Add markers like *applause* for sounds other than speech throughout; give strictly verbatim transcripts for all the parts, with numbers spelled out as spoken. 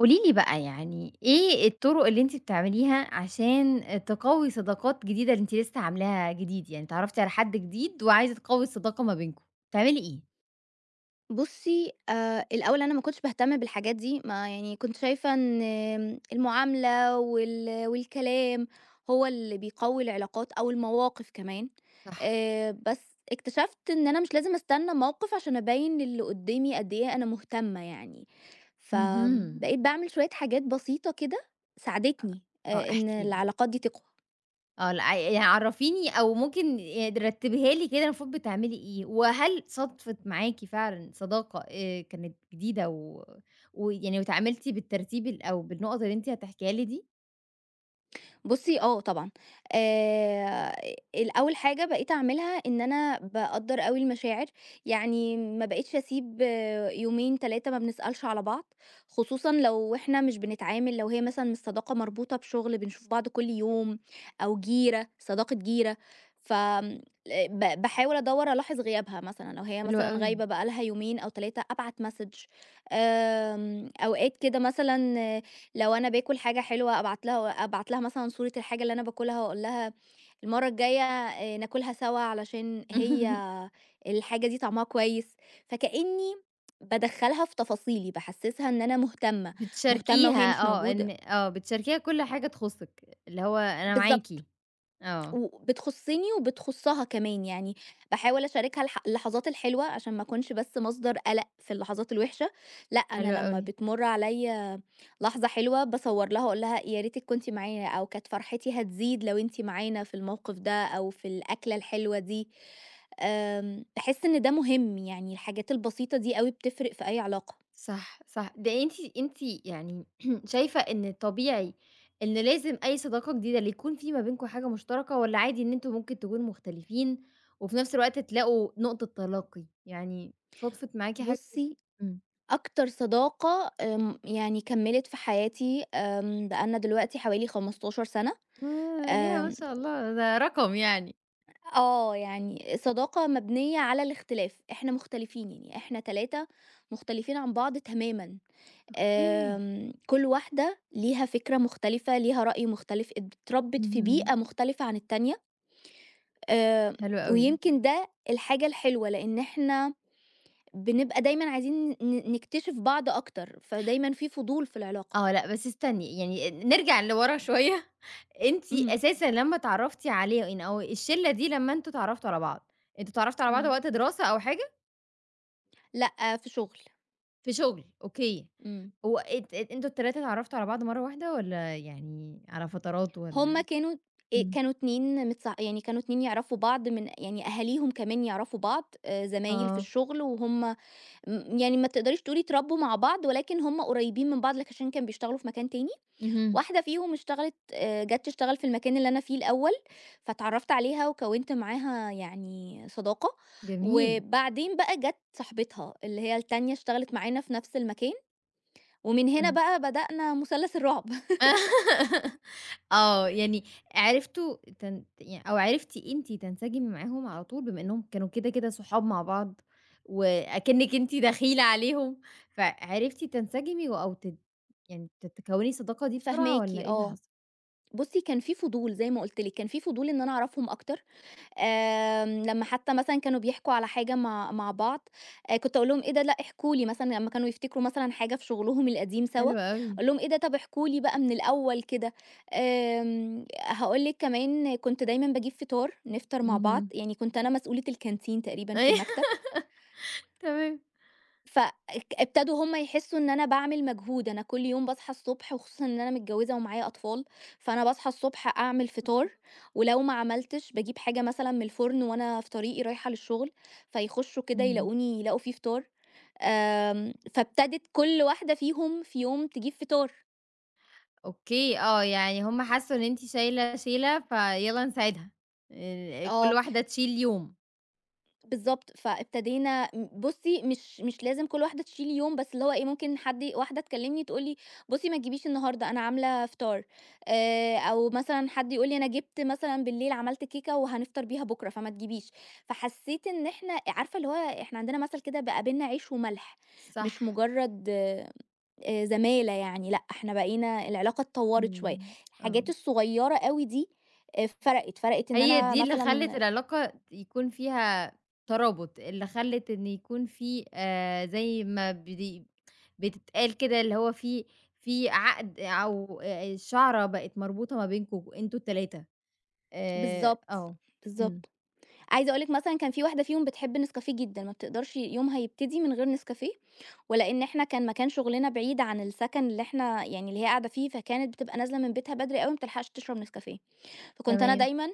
قولي لي بقى يعني إيه الطرق اللي أنتِ بتعمليها عشان تقوي صداقات جديدة اللي أنتِ لسه عاملاها جديد، يعني اتعرفتِ على حد جديد وعايزة تقوي الصداقة ما بينكم، بتعملي إيه؟ بُصّي، آآ الأول أنا ما كنتش باهتم بالحاجات دي، ما يعني كنت شايفة إن آمم المعاملة وال والكلام هو اللي بيقوي العلاقات أو المواقف كمان. صح، آآ بس اكتشفت إن أنا مش لازم أستنى موقف عشان أبيّن للي قدّامي قد إيه أنا مهتمة يعني. فآمم اهم. بقيت باعمل شوية حاجات بسيطة كده ساعدتني آه، آآ إن احكي لي، العلاقات دي تقوى. آه، لأ يعني عرفيني أو ممكن ي رتبيها لي كده المفروض بتعملي إيه، وهل صادفت معاكِ فعلًا صداقة آآ كانت جديدة و ويعني واتعاملتِ بالترتيب ال أو بالنقط اللي أنتِ هتحكيها لي دي؟ بُصّي آه طبعًا. آآ الأول حاجة بقيت أعملها إن أنا باقدّر أوي المشاعر، يعني ما بقيتش أسيب آه، يومين تلاتة ما بنسألش على بعض، خصوصًا لو إحنا مش بنتعامل، لو هي مثلًا الصداقة مربوطة بشغل بنشوف بعض كل يوم، أو جيرة، صداقة جيرة. ف آمم ب باحاول أدوّر ألاحظ غيابها مثلًا، لو هي حلو مثلًا أوي. غايبة بقى لها يومين أو تلاتة أبعت message. آمم أوقات كده مثلًا لو أنا باكل حاجة حلوة أبعت لها أبعت لها مثلًا صورة الحاجة اللي أنا باكلها وأقول لها المرّة الجاية آآ ناكلها سوا علشان هي *laughs* الحاجة دي طعمها كويس، فكأني بادخّلها في تفاصيلي، باحسّسها إن أنا مهتمة، مهتمة وهي بتشاركيها مش آه، إن موجودة آه، بتشاركيها كل حاجة تخُصِّك، اللي هو أنا معاكِ، بالضبط. آه، وبتخصّني وبتخصّها كمان، يعني باحاول أشاركها الح اللحظات الحلوة عشان ما أكونش بس مصدر قَلَق في اللحظات الوحشة. لأ حلو أنا لمّا أوي، بتمُر عليّا لحظة حلوة باصوّر لها وأقول لها يا ريتِك كنتِ معانا، أو كانت فرحتي هتزيد لو أنتِ معانا في الموقف ده أو في الأكلة الحلوة دي. آمم، باحس إن ده مهم، يعني الحاجات البسيطة دي أوي بتفرق في أي علاقة. صح، صح، ده أنتِ أنتِ يعني *clears throat* شايفة إن طبيعي إن لازم أي صداقة جديدة اللي يكون في ما بينكم حاجة مشتركة والّا عادي إن أنتم ممكن تكونوا مختلفين وفي نفس الوقت تلاقوا نقطة تلاقي، يعني صادفت معاكِ حاجة. بُصّي، إمم، أكتر صداقة آمم، يعني كمّلت في حياتي، آمم، بقى لنا دلوقتي حوالي خمسة عشر سنة سَنة. آه، ياه! ما آمم، شاء الله، ده رقم يعني، آه، يعني صداقة مبنية على الاختلاف، إحنا مختلفين، يعني إحنا تلاتة مختلفين عن بعض تمامًا. ياه! آمم، كل واحدة ليها فكرة مختلفة، ليها رأي مختلف، اتربت في اهم، بيئة مختلفة عن التانية. آآ، حلو أوي. ويمكن ده الحاجة الحلوة لإن إحنا بنبقى دايمًا عايزين ن نكتشف بعض أكتر، فدايمًا في فضول في العلاقة. آه، لأ بس استني، يعني نرجع لورا شوية. *laughs* أنتِ اهم، أساسًا لمّا اتعرّفتِ عليه إن أو الشلة دي لمّا أنتم اتعرّفتوا على بعض، أنتم اتعرّفتوا على بعض إمم، وقت دراسة أو حاجة؟ لأ، في شغل، في شغل، أوكي. إمم. هو ات ات أنتم التلاتة اتعرّفتوا على بعض مرّة واحدة والّا يعني على فترات هُم والّا؟ كانوا آآ إمم. كانوا 2 متص يعني كانوا اتنين يعرفوا بعض، من يعني أهاليهم كمان يعرفوا بعض، آآ زمايل في آه، الشغل، وهُم م يعني ما تقدريش تقولي اتربوا مع بعض، ولكن هُم قريبين من بعض لك عشان كانوا بيشتغلوا في مكان تاني. اهم، واحدة فيهم اشتغلت، آآ جات تشتغل في المكان اللي أنا فيه الأول، فاتعرّفت عليها وكوّنت معاها يعني صداقة. جميل. وبعدين بقى جات صاحبتها اللي هي التانية اشتغلت معانا في نفس المكان، ومن هنا بقى بدأنا مثلث الرعب. *laughs* آه، يعني عرفتوا تن يعني أو عرفتِ أنتِ تنسجمي معاهم على طول بما إنهم كانوا كده، كده صحاب مع بعض وأكنِّك أنتِ دخيلة عليهم، فعرفتِ تنسجمي و أو تت يعني ت تكوّني الصداقة *laughs* دي بسرعة فاهماكِ، والّا إيه اللي آه. حصل؟ بُصّي، كان في فضول زي ما قُلت لِك، كان في فضول إن أنا أعرفهم أكتر. آمم، لمّا حتى مثلًا كانوا بيحكوا على حاجة مع مع بعض، آآ، كنت أقول لهم: "إيه ده، لأ احكوا لي." مثلًا لمّا كانوا يفتكروا مثلًا حاجة في شغلهم القديم سوا، حلو أوي. أقول لهم: "إيه ده، طب احكوا لي بقى من الأول كده." آمم، هاقول لِك كمان كنت دايمًا باجيب فطار، نفطر مع بعض، اهم. يعني كنت أنا مسؤولة الكانتين تقريبًا في أيوه. المكتب. *laughs* تمام. فاك ابتدوا هم يحسّوا إن أنا باعمل مجهود، أنا كل يوم باصحى الصبح، وخصوصًا إن أنا متجوّزة ومعايا أطفال، فأنا باصحى الصبح أعمل فطار، ولو ما عملتش باجيب حاجة مثلًا من الفرن وأنا في طريقي رايحة للشغل، فيخشّوا كده إمم. يلاقوني يلاقوا في فطار. آمم، فابتدت كل واحدة فيهم في يوم تجيب فطار. أوكي، آه، يعني هم حسّوا إن أنتِ شايلة شيلة فيالّا نساعدها، آآ كل آه. واحدة تشيل يوم. بالضبط، فابتدينا م بُصّي مش مش لازم كل واحدة تشيل يوم، بس اللي هو إيه ممكن حد واحدة تكلمني تقول لي بُصّي ما تجيبيش النهارده أنا عاملة فطار، آآ، أو مثلًا حد يقول لي أنا جِبت مثلًا بالليل عملت كيكة وهنفطر بيها بكرة فما تجيبيش. فحسيت إن إحنا عارفة اللي هو إحنا عندنا مثل كده بقى بيننا عيش وملح، صح. مش مجرد آآ، زمالة يعني. لأ، إحنا بقينا العلاقة اتطورت شوية، إمم، آه. الحاجات الصغيرة أوي دي آآ، فرقت، فرقت إن هي أنا دي اللي خلّت مثلًا العلاقة يكون فيها ترابط، اللي خلّت إن يكون في آآ، زي ما بي بتتقال كده اللي هو في في عقد أو آآ، شعرة بقت مربوطة ما بينكم أنتم التلاتة. آآ، بالضبط، آه، إمم، بالضبط. عايزة أقول لِك مثلًا كان في واحدة فيهم بتحب نسكافيه جدًا، ما بتقدرش يومها يبتدي من غير نسكافيه. ولإن إحنا كان مكان شغلنا بعيد عن السكن اللي إحنا يعني اللي هي قاعدة فيه، فكانت بتبقى نازلة من بيتها بدري أوي ما بتلحقش تشرب نسكافيه. فكنت أنا تمام، دايمًا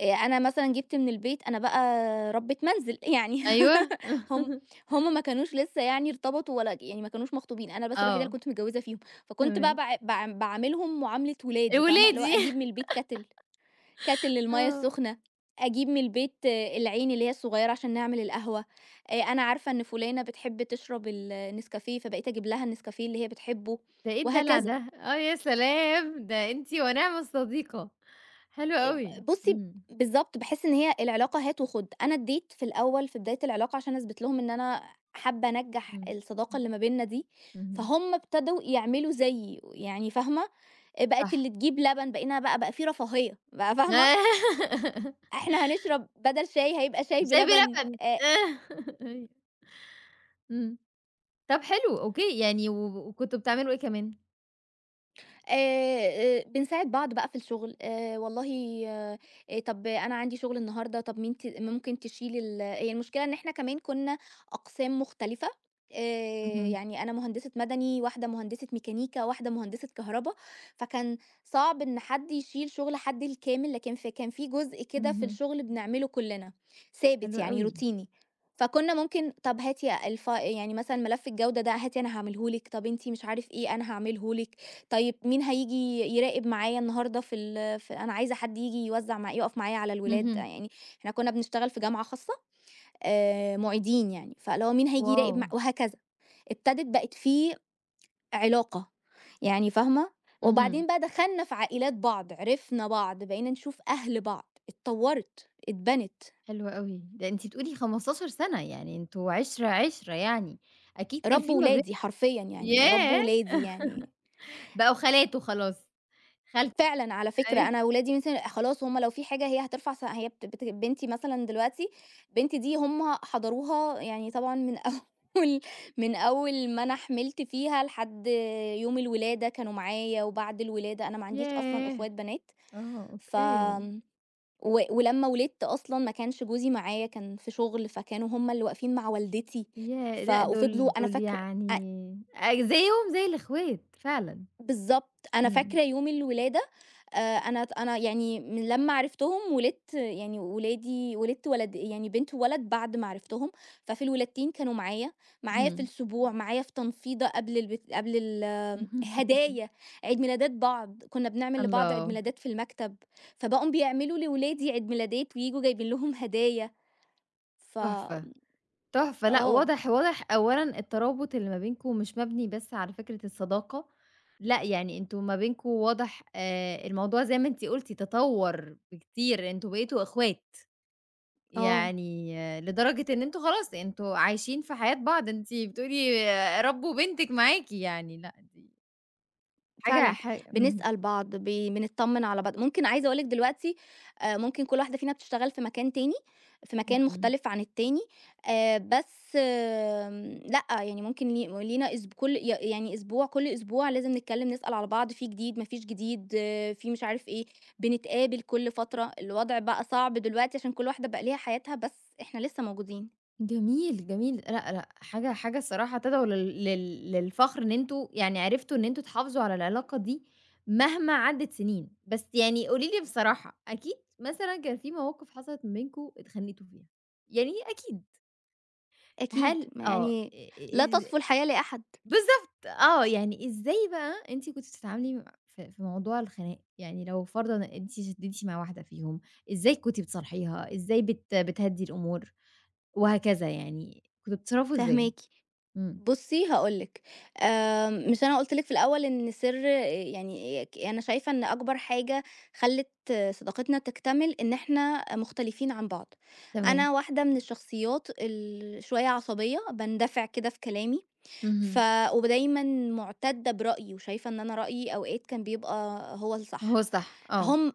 آآ، أنا مثلًا جِبت من البيت، أنا بقى ربة منزل *laughs* يعني. أيوه، *laughs* هم هم ما كانوش لسه يعني ارتبطوا، ولا يعني ما كانوش مخطوبين، أنا بس الوحيدة اللي آه، كنت متجوزة فيهم، فكنت بقى تمام، باع باع باعاملهم معاملة ولادي، فاهمة؟ اللي هو ولادي *laughs* أجيب من البيت كاتل كاتل للمَيّة آه، السخنة، أجيب من البيت آه، العين اللي هي الصغيّرة عشان نعمل القهوة. آآ أنا عارفة إن فُلانة بتحب تشرب النسكافيه، فبقيت أجيب لها النسكافيه اللي هي بتحبه ده إيه الدلع وهكذا. ده؟ آه، يا سلام! ده أنتِ ونعم الصديقة، حلو آآ أوي، بُصّي، إمم، بالضبط، باحس إن هي العلاقة هات وخُد. أنا ادّيت في الأول في بداية العلاقة عشان أثبت لهم إن أنا حابة أنجّح إمم، الصداقة إمم، اللي ما بيننا دي. اهم، فهُم ابتدوا يعملوا زيي، يعني فاهمة؟ آآ بقِت صح. اللي تجيب لبن، بقينا بقى بقى في رفاهية بقى، فاهمة؟ *laughs* إحنا هنشرب بدل شاي هيبقى شاي شاي بلبن. بلبن. آآ *laughs* أيوه. إمم. طب حلو أوكي، يعني و وكنتم بتعملوا إيه كمان؟ آآ آآ بنساعد بعض بقى في الشغل. آآ والله آآ طَب أنا عندي شغل النهارده، طَب مين ت ممكن تشيل ال هي المشكلة إن إحنا كمان كُنّا أقسام مختلفة. آآ اهم، يعني أنا مهندسة مدني، واحدة مهندسة ميكانيكا، واحدة مهندسة كهربا. فكان صعب إن حد يشيل شغل حد الكامل، لكن ف كان في جزء كده في اهم. الشغل بنعمله كُلّنا، ثابت حلو يعني أوي. روتيني. فكُنّا ممكن طَب هاتي الف يعني مثلًا ملف الجودة ده هاتي أنا هاعمله لِك، طَب أنتِ مش عارف إيه أنا هاعمله لِك. طيب مين هييجي يراقب معايا النهارده في ال في أنا عايزة حد ييجي يوزّع مع يقف معايا على الولاد، اهم. يعني إحنا كُنّا بنشتغل في جامعة خاصة آآ مُعيدين يعني، فاللي هو مين هييجي واو! يراقب مع وهكذا. ابتدت بقت في علاقة، يعني فاهمة. اهم. وبعدين بقى دخلنا في عائلات بعض، عرفنا بعض، بقينا نشوف أهل بعض، اتطوّرت، اتبنت. حلو أوي. ده أنتِ بتقولي 15 سَنة، يعني أنتم عِشرة، عِشرة يعني. أكيد كان رَب في ما بين، ولادي حرفيًا يعني، رَب ياه! ولادي يعني بقوا خالات وخلاص. خالتك، فعلًا، على فكرة. أيوه. أنا ولادي مثلًا خلاص هم لو في حاجة هي هترفع س هي بت بت بنتي مثلًا دلوقتي، بنتي دي هم حضروها يعني طبعًا من *laughs* أول من أول ما أنا حملت فيها لحد يوم الولادة كانوا معايا. وبعد الولادة أنا ما عنديش أصلًا ياه! أخوات بنات. آه ف أوكي. آمم، و ولمّا ولدت أصلًا ما كانش جوزي معايا، كان في شغل، فكانوا هم اللي واقفين مع والدتي. ياه! ف لأ دول وفضلوا أنا دول فاكرة يعني، أ أ زيّهم زي الإخوات فعلًا. بالضبط، أنا إمم. فاكرة يوم الولادة. آآ أنا ت أنا يعني من لمّا عرفتهم ولدت، يعني ولادي ولدت ولد يعني بنت وولد بعد ما عرفتهم، ففي الولادتين كانوا معايا، معايا في اهم. السبوع، معايا في تنفيضة قبل البت قبل ال *laughs* هدايا، عيد ميلادات بعض، كنا بنعمل لبعض عيد الله! ميلادات في المكتب. فبقوا بيعملوا لولادي عيد ميلادات وييجوا جايبين لهم هدايا. ف تحفة، تحفة. لأ، آه، واضح واضح أولًا الترابط اللي ما بينكم مش مبني بس على فكرة الصداقة، لأ، يعني أنتم ما بينكم واضح آآ الموضوع زي ما أنتِ قُلتِ تطوّر بكتير، أنتم بقيتوا إخوات، آه، يعني آه، لدرجة إن أنتم خلاص أنتم عايشين في حياة بعض، أنتِ بتقولي آه، ربّوا بنتِك معاكِ يعني، لأ، دي حاجة فعلًا. ح إمم، بنسأل بعض، ب بنتطمن على بعض. ممكن عايزة أقول لِك دلوقتي آآ، ممكن كل واحدة فينا بتشتغل في مكان تاني، في مكان اهم. مختلف عن التاني. آآ، بس آمم، لأ، يعني ممكن لي لينا أسب كل ي يعني أسبوع، كل أسبوع لازم نتكلم، نسأل على بعض، في جديد، ما فيش جديد، آه، في مش عارف إيه. بنتقابل كل فترة. الوضع بقى صعب دلوقتي عشان كل واحدة بقى ليها حياتها، بس إحنا لسه موجودين. جميل، جميل. لأ، لأ، حاجة حاجة الصراحة تدعو لل لل للفخر إن أنتم يعني عرفتوا إن أنتم تحافظوا على العلاقة دي مهما عدِّت سنين. بس يعني قولي لي بصراحة، أكيد مثلًا كان في مواقف حصلت ما بينكم اتخانقتوا فيها، يعني أكيد. أكيد، هل ما آه، آآ يعني لا إز تصفو الحياة لأحد. بالضبط، آه. يعني إزاي بقى أنتِ كنتِ بتتعاملي مع في في موضوع الخناق؟ يعني لو فرضًا أنتِ شدِّيتِ مع واحدة فيهم، إزاي كنتِ بتصالحيها، إزاي بت بتهدّي الأمور وهكذا يعني، كنتوا بتتصرفوا إزاي؟ فاهماكِ. إمم، بُصّي هاقول لِك، آمم، مش أنا قُلت لِك في الأول إن سر يعني ك أنا شايفة إن أكبر حاجة خلّت صداقتنا تكتمل إن إحنا مختلفين عن بعض. تمام، أنا واحدة من الشخصيات ال شوية عصبية، باندفع كده في كلامي، ف اهم، ودايمًا مُعتدة برأيي، وشايفة إن أنا رأيي أوقات كان بيبقى هو هو الصح. صح، آه، هم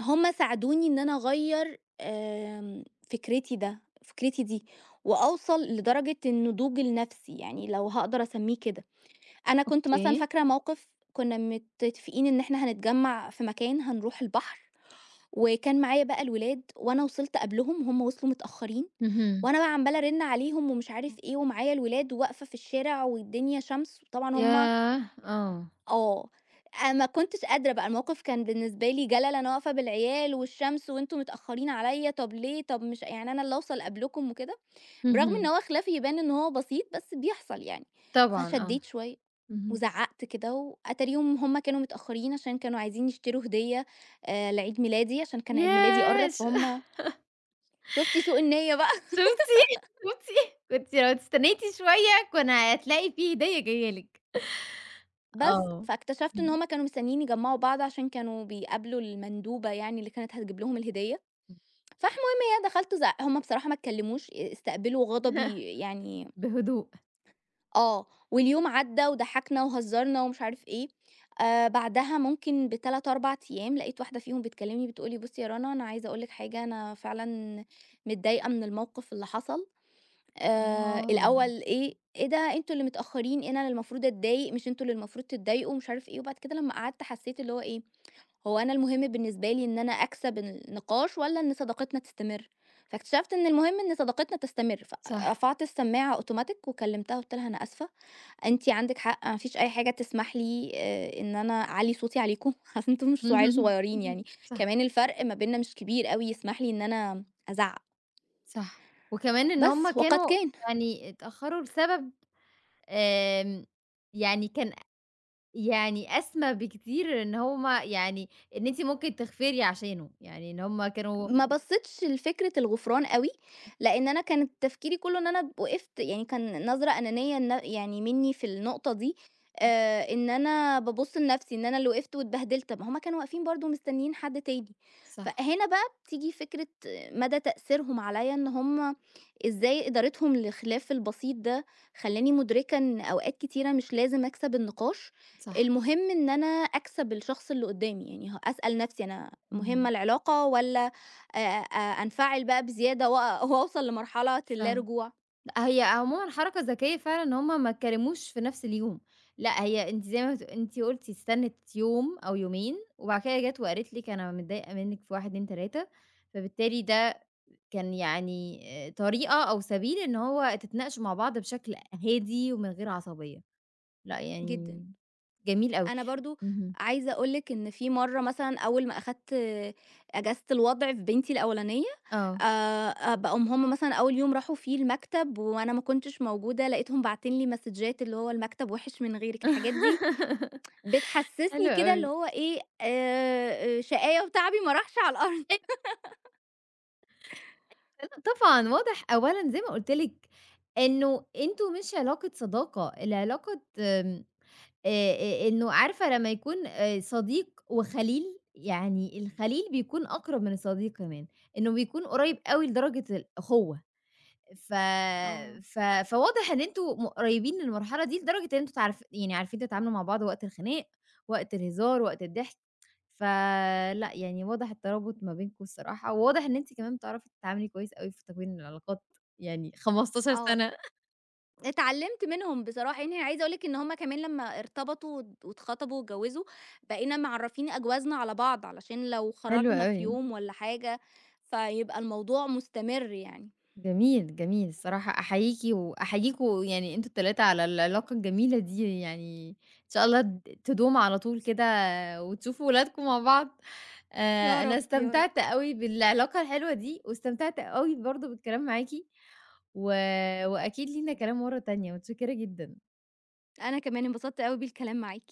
هم ساعدوني إن أنا أغيّر آمم، فكرتي ده فكرتي دي، وأوصل لدرجة النضوج النفسي، يعني لو هاقدر أسميه كده. أنا كنت مثلًا أوكي. فاكرة موقف كنا متفقين إن إحنا هنتجمّع في مكان هنروح البحر، وكان معايا بقى الولاد وأنا وصلت قبلهم، هم وصلوا متأخرين. اهم. وأنا بقى عمّالة أرن عليهم ومش إمم. عارف إيه، ومعايا الولاد وواقفة في الشارع والدنيا شمس، وطبعًا هم ياه! آه. آه، أنا ما كنتش قادرة بقى، الموقف كان بالنسبة لي جَلَل، أنا واقفة بالعيال والشمس وأنتم متأخرين عليَّ، طب ليه، طب مش يعني أنا اللي أوصل قبلكم وكده، برغم إن اهم. هو خلافي يبان إن هو بسيط، بس بيحصل يعني. طبعًا آه. فشديت شوية اهم. وزعقت كده، وأتاريهم هم كانوا متأخرين عشان كانوا عايزين يشتروا هدية آآ، لعيد ميلادي، عشان كان عيد ميلادي ياه! قرّب، ش فهُم شُفتِ سوء النية بقى. *laughs* شُفتِ، شُفتِ، *laughs* كنتِ لو استنيتِ شوية كان هتلاقي في هدية جاية لِك. بس، آه. فاكتشفت إن إمم، هم كانوا مستنيين يجمّعوا بعض عشان كانوا بيقابلوا المندوبة يعني اللي كانت هتجيب لهم الهدية. فالمهم هي دخلت وزع هم بصراحة ما اتكلموش، استقبلوا إمم. غضبي يعني *laughs* بهدوء. آه. واليوم عدّى وضحكنا وهزرنا ومش عارف إيه. آآ بعدها ممكن بتلاتة أربع أيام لقيت واحدة فيهم بتكلمني بتقول لي: "بُصّي يا رنا، أنا عايزة أقول لِك حاجة، أنا فعلًا متضايقة من الموقف اللي حصل." آآ آه، الأول إيه، إيه ده أنتم اللي متأخرين، أنا اللي المفروض أتضايق، مش أنتم اللي المفروض تتضايقوا ومش عارف إيه. وبعد كده لمّا قعدت حسيت اللي هو إيه، هو أنا المهم بالنسبة لي إن أنا أكسب النقاش والّا إن صداقتنا تستمر؟ فاكتشفت إن المهم إن صداقتنا تستمر، صح. فرفعت السماعة automatic وكلمتها قُلت لها: "أنا آسفة، أنتِ عندِك حق، ما فيش أي حاجة تسمح لي آآ إن أنا أعلّي صوتي عليكم، *laughs* أصل أنتم مش عيال اهم، صغيرين اهم. يعني، صح، كمان الفرق ما بيننا مش كبير أوي يسمح لي إن أنا أزعّق." صح. وكمان إن هُم بس، وقد كانوا كان. يعني اتأخروا لسبب آمم، يعني كان يعني أسمى بكتير إن هُم يعني إن أنتِ ممكن تغفري عشانه، يعني إن هُم كانوا ما بصيتش لفكرة الغفران أوي، لإن أنا كان تفكيري كلّه إن أنا وقفت، يعني كان نظرة أنانية إن يعني منّي في النقطة دي، آآ إن أنا بابُص لنفسي، إن أنا اللي وقفت واتبهدلت، طب ما هم كانوا واقفين برضه مستنيين حد تاني. صح، فهنا بقى بتيجي فكرة مدى تأثيرهم عليَّ، إن هم إزاي إدارتهم للخلاف البسيط ده خلّاني مُدركة إن أوقات كتيرة مش لازم أكسب النقاش، صح، المهم إن أنا أكسب الشخص اللي قدّامي. يعني ه أسأل نفسي أنا إمم، مهمة العلاقة، والّا آآ أ أنفعل بقى بزيادة وأ وأوصل لمرحلة اللا فعلًا. رجوع؟ لأ هي عمومًا حركة ذكية فعلًا إن هُم ما اتكلموش في نفس اليوم، لأ هي أنتِ زي ما بت أنتِ قُلتِ استنت يوم أو يومين، وبعد كده جات وقالت لِك أنا متضايقة منِك في واحد، اتنين، تلاتة فبالتالي ده كان يعني آآ طريقة أو سبيل إن هو تتناقشوا مع بعض بشكل هادي ومن غير عصبية، لأ جدًا. يعني جميل أوي. أنا برضه اهم، عايزة أقول لِك إن في مرّة مثلًا أول ما أخدت آه، إجازة الوضْع في بنتي الأولانية، آه. آآ بقوم هم مثلًا أول يوم راحوا فيه المكتب وأنا ما كنتش موجودة، لقيتهم باعتين لي مسدجات اللي هو المكتب وِحِش من غيرِك، الحاجات دي *laughs* بتحسّسني حلو كده اللي أوي. هو إيه، آآ شقاية وتعبي ما راحش على الأرض. أيوه، لأ طبعًا واضح أولًا زي ما قُلت لِك إنه أنتم مش علاقة صداقة، العلاقة آمم آآ آآ إنه عارفة لمّا يكون آآ صديق وخليل، يعني الخليل بيكون أقرب من الصديق كمان، إنه بيكون قريب أوي لدرجة الأخوة. ف آه، ف فواضح إن أنتم م قريبين للمرحلة دي لدرجة إن أنتم تعرف يعني عارفين تتعاملوا مع بعض وقت الخناق، وقت الهزار، وقت الضحك، فلأ يعني واضح الترابط ما بينكم الصراحة، وواضح إن أنتِ كمان بتعرفي تتعاملي كويس أوي في تكوين العلاقات، يعني 15 آه سنة اتعلّمت منهم بصراحة، يعني عايزة أقول لِك إن هم كمان لمّا ارتبطوا وات واتخطبوا واتجوّزوا، بقينا معرّفين أجوازنا على بعض، علشان لو حلو خرجنا في أوي. يوم والّا حاجة، فيبقى الموضوع مستمر يعني. جميل، جميل. الصراحة أحييكِ وأحييكم يعني أنتم التلاتة على العلاقة الجميلة دي، يعني إن شاء الله د تدوم على طول كده وتشوفوا ولادكم مع بعض. يا آآ أنا رب، يا رب. استمتعت أوي بالعلاقة الحلوة دي، واستمتعت أوي برضه بالكلام معاكِ، و وأكيد لينا كلام مرّة تانية، متشكرة جدًا. أنا كمان انبسطت أوي بالكلام معاكِ.